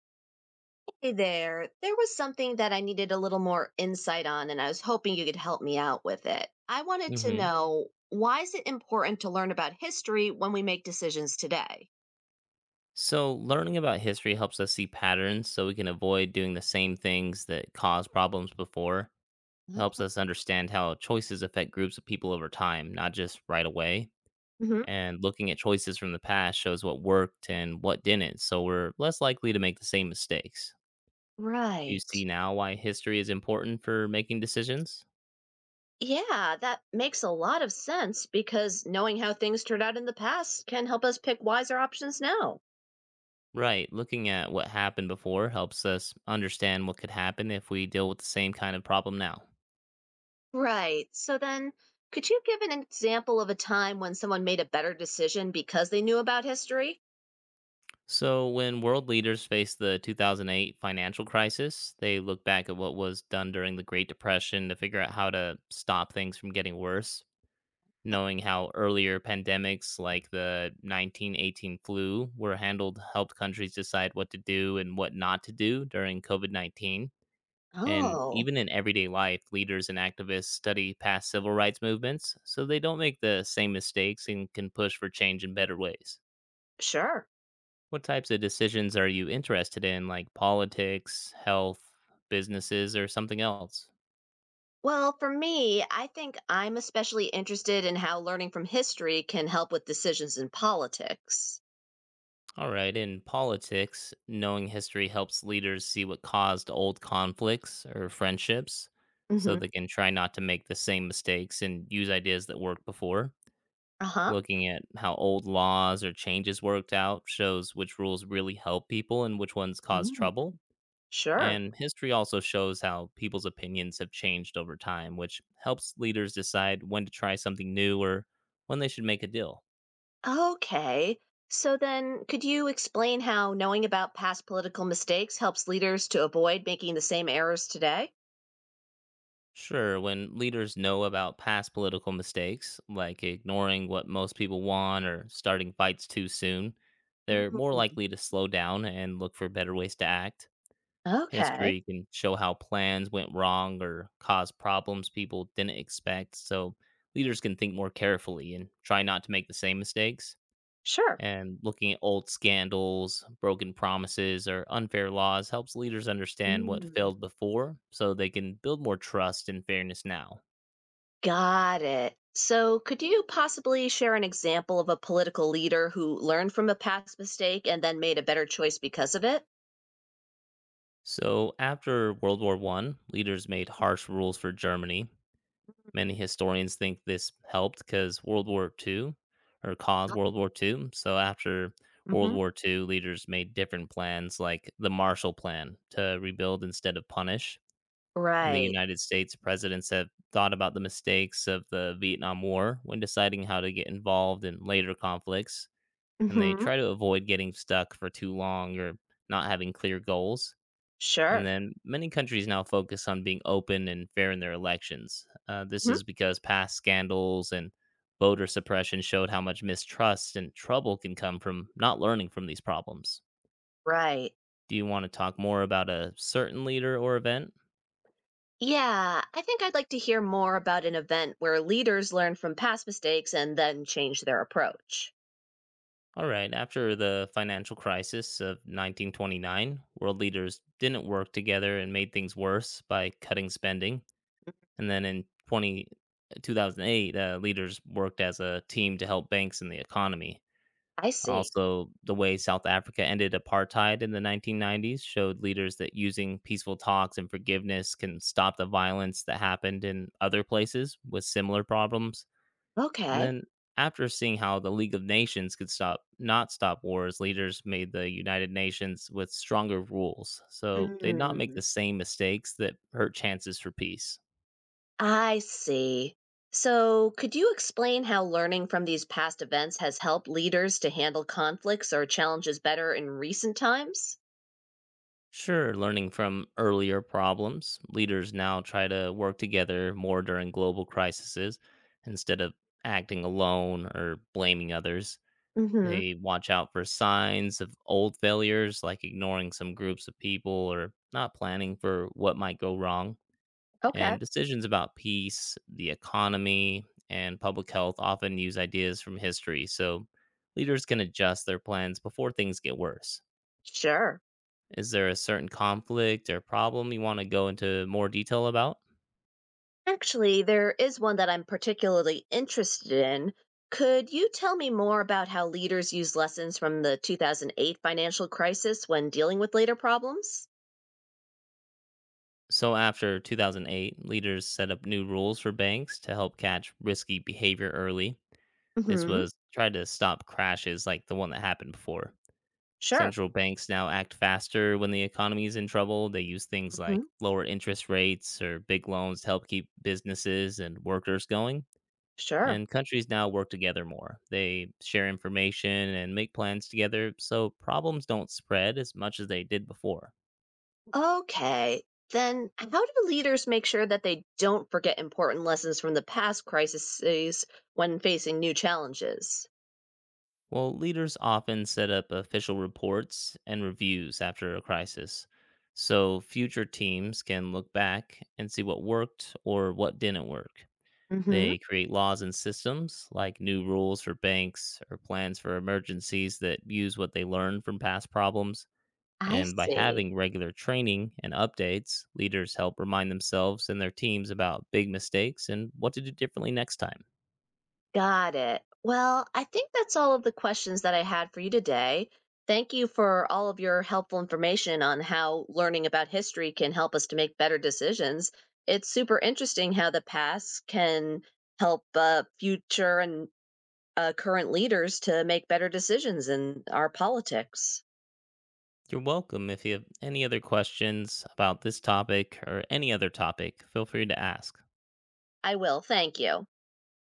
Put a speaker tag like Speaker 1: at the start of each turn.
Speaker 1: Hey there. There was something that I needed a little more insight on, and I was hoping you could help me out with it. I wanted to
Speaker 2: hmm
Speaker 1: know why is it important to learn about history when we make decisions today?
Speaker 2: So, learning about history helps us see patterns so we can avoid doing the same things that caused problems before. It helps
Speaker 1: Oh,
Speaker 2: us understand how choices affect groups of people over time, not just right away.
Speaker 1: hmm.
Speaker 2: And looking at choices from the past shows what worked and what didn't, so we're less likely to make the same mistakes. You
Speaker 1: Right.
Speaker 2: see now why history is important for making decisions?
Speaker 1: Yeah, that makes a lot of sense because knowing how things turned out in the past can help us pick wiser options now.
Speaker 2: Right, looking at what happened before helps us understand what could happen if we deal with the same kind of problem now.
Speaker 1: Right. So then, could you give an example of a time when someone made a better decision because they knew about history?
Speaker 2: So, when world leaders faced the 2008 financial crisis, they looked back at what was done during the Great Depression to figure out how to stop things from getting worse, knowing how earlier pandemics like the 1918 flu were handled helped countries decide what to do and what not to do during COVID-19. And
Speaker 1: Oh.
Speaker 2: even in everyday life, leaders and activists study past civil rights movements so they don't make the same mistakes and can push for change in better ways.
Speaker 1: Sure.
Speaker 2: What types of decisions are you interested in, like politics, health, businesses, or something else?
Speaker 1: Well, for me, I think I'm especially interested in how learning from history can help with decisions in politics.
Speaker 2: All right, in politics, knowing history helps leaders see what caused old conflicts or friendships so they
Speaker 1: Hmm.
Speaker 2: can try not to make the same mistakes and use ideas that worked before.
Speaker 1: Uh huh.
Speaker 2: Looking at how old laws or changes worked out shows which rules really help people and which ones cause
Speaker 1: Mm.
Speaker 2: trouble.
Speaker 1: Sure.
Speaker 2: And history also shows how people's opinions have changed over time, which helps leaders decide when to try something new or when they should make a deal.
Speaker 1: Okay. So then, could you explain how knowing about past political mistakes helps leaders to avoid making the same errors today?
Speaker 2: Sure, when leaders know about past political mistakes, like ignoring what most people want or starting fights too soon, they're more
Speaker 1: Mm.
Speaker 2: likely to slow down and look for better ways to act.
Speaker 1: Okay.
Speaker 2: History can show how plans went wrong or caused problems people didn't expect, so leaders can think more carefully and try not to make the same mistakes.
Speaker 1: Sure.
Speaker 2: And looking at old scandals, broken promises, or unfair laws helps leaders understand what
Speaker 1: Mm.
Speaker 2: failed before so they can build more trust and fairness now.
Speaker 1: Got it. So, could you possibly share an example of a political leader who learned from a past mistake and then made a better choice because of it?
Speaker 2: So, after World War One, leaders made harsh rules for Germany. Many historians think this helped because World War Two, or caused World War Two. So, after World
Speaker 1: Mhm.
Speaker 2: War Two, leaders made different plans like the Marshall Plan to rebuild instead of punish. In the
Speaker 1: Right.
Speaker 2: United States, presidents have thought about the mistakes of the Vietnam War when deciding how to get involved in later conflicts, and they
Speaker 1: Mhm.
Speaker 2: try to avoid getting stuck for too long or not having clear goals. And
Speaker 1: Sure.
Speaker 2: then many countries now focus on being open and fair in their elections. This
Speaker 1: Mhm.
Speaker 2: is because past scandals and voter suppression showed how much mistrust and trouble can come from not learning from these problems.
Speaker 1: Right.
Speaker 2: Do you want to talk more about a certain leader or event?
Speaker 1: Yeah, I think I'd like to hear more about an event where leaders learn from past mistakes and then change their approach.
Speaker 2: All right, after the financial crisis of 1929, world leaders didn't work together and made things worse by cutting spending. And then 2008, leaders worked as a team to help banks and the economy.
Speaker 1: I see.
Speaker 2: Also, the way South Africa ended apartheid in the 1990s showed leaders that using peaceful talks and forgiveness can stop the violence that happened in other places with similar problems. And
Speaker 1: Okay.
Speaker 2: then after seeing how the League of Nations could stop not stop wars, leaders made the United Nations with stronger rules so they'd not make
Speaker 1: Mm,
Speaker 2: the same mistakes that hurt chances for peace.
Speaker 1: I see. So, could you explain how learning from these past events has helped leaders to handle conflicts or challenges better in recent times?
Speaker 2: Sure, learning from earlier problems, leaders now try to work together more during global crises instead of acting alone or blaming others.
Speaker 1: Mhm.
Speaker 2: They watch out for signs of old failures like ignoring some groups of people or not planning for what might go wrong.
Speaker 1: Okay.
Speaker 2: And decisions about peace, the economy, and public health often use ideas from history, so leaders can adjust their plans before things get worse.
Speaker 1: Sure.
Speaker 2: Is there a certain conflict or problem you want to go into more detail about?
Speaker 1: Actually, there is one that I'm particularly interested in. Could you tell me more about how leaders use lessons from the 2008 financial crisis when dealing with later problems?
Speaker 2: So, after 2008, leaders set up new rules for banks to help catch risky behavior early. This
Speaker 1: Hmm.
Speaker 2: was tried to stop crashes like the one that happened before.
Speaker 1: Sure.
Speaker 2: Central banks now act faster when the economy is in trouble. They use things
Speaker 1: Hmm.
Speaker 2: like lower interest rates or big loans to help keep businesses and workers going.
Speaker 1: Sure.
Speaker 2: And countries now work together more. They share information and make plans together so problems don't spread as much as they did before.
Speaker 1: Okay. Then, how do leaders make sure that they don't forget important lessons from the past crises when facing new challenges?
Speaker 2: Well, leaders often set up official reports and reviews after a crisis so future teams can look back and see what worked or what didn't work.
Speaker 1: Hmm.
Speaker 2: They create laws and systems, like new rules for banks or plans for emergencies that use what they learn from past problems.
Speaker 1: I
Speaker 2: And by
Speaker 1: see.
Speaker 2: having regular training and updates, leaders help remind themselves and their teams about big mistakes and what to do differently next time.
Speaker 1: Got it. Well, I think that's all of the questions that I had for you today. Thank you for all of your helpful information on how learning about history can help us to make better decisions. It's super interesting how the past can help future and current leaders to make better decisions in our politics.
Speaker 2: You're welcome. If you have any other questions about this topic or any other topic, feel free to ask.
Speaker 1: I will. Thank you.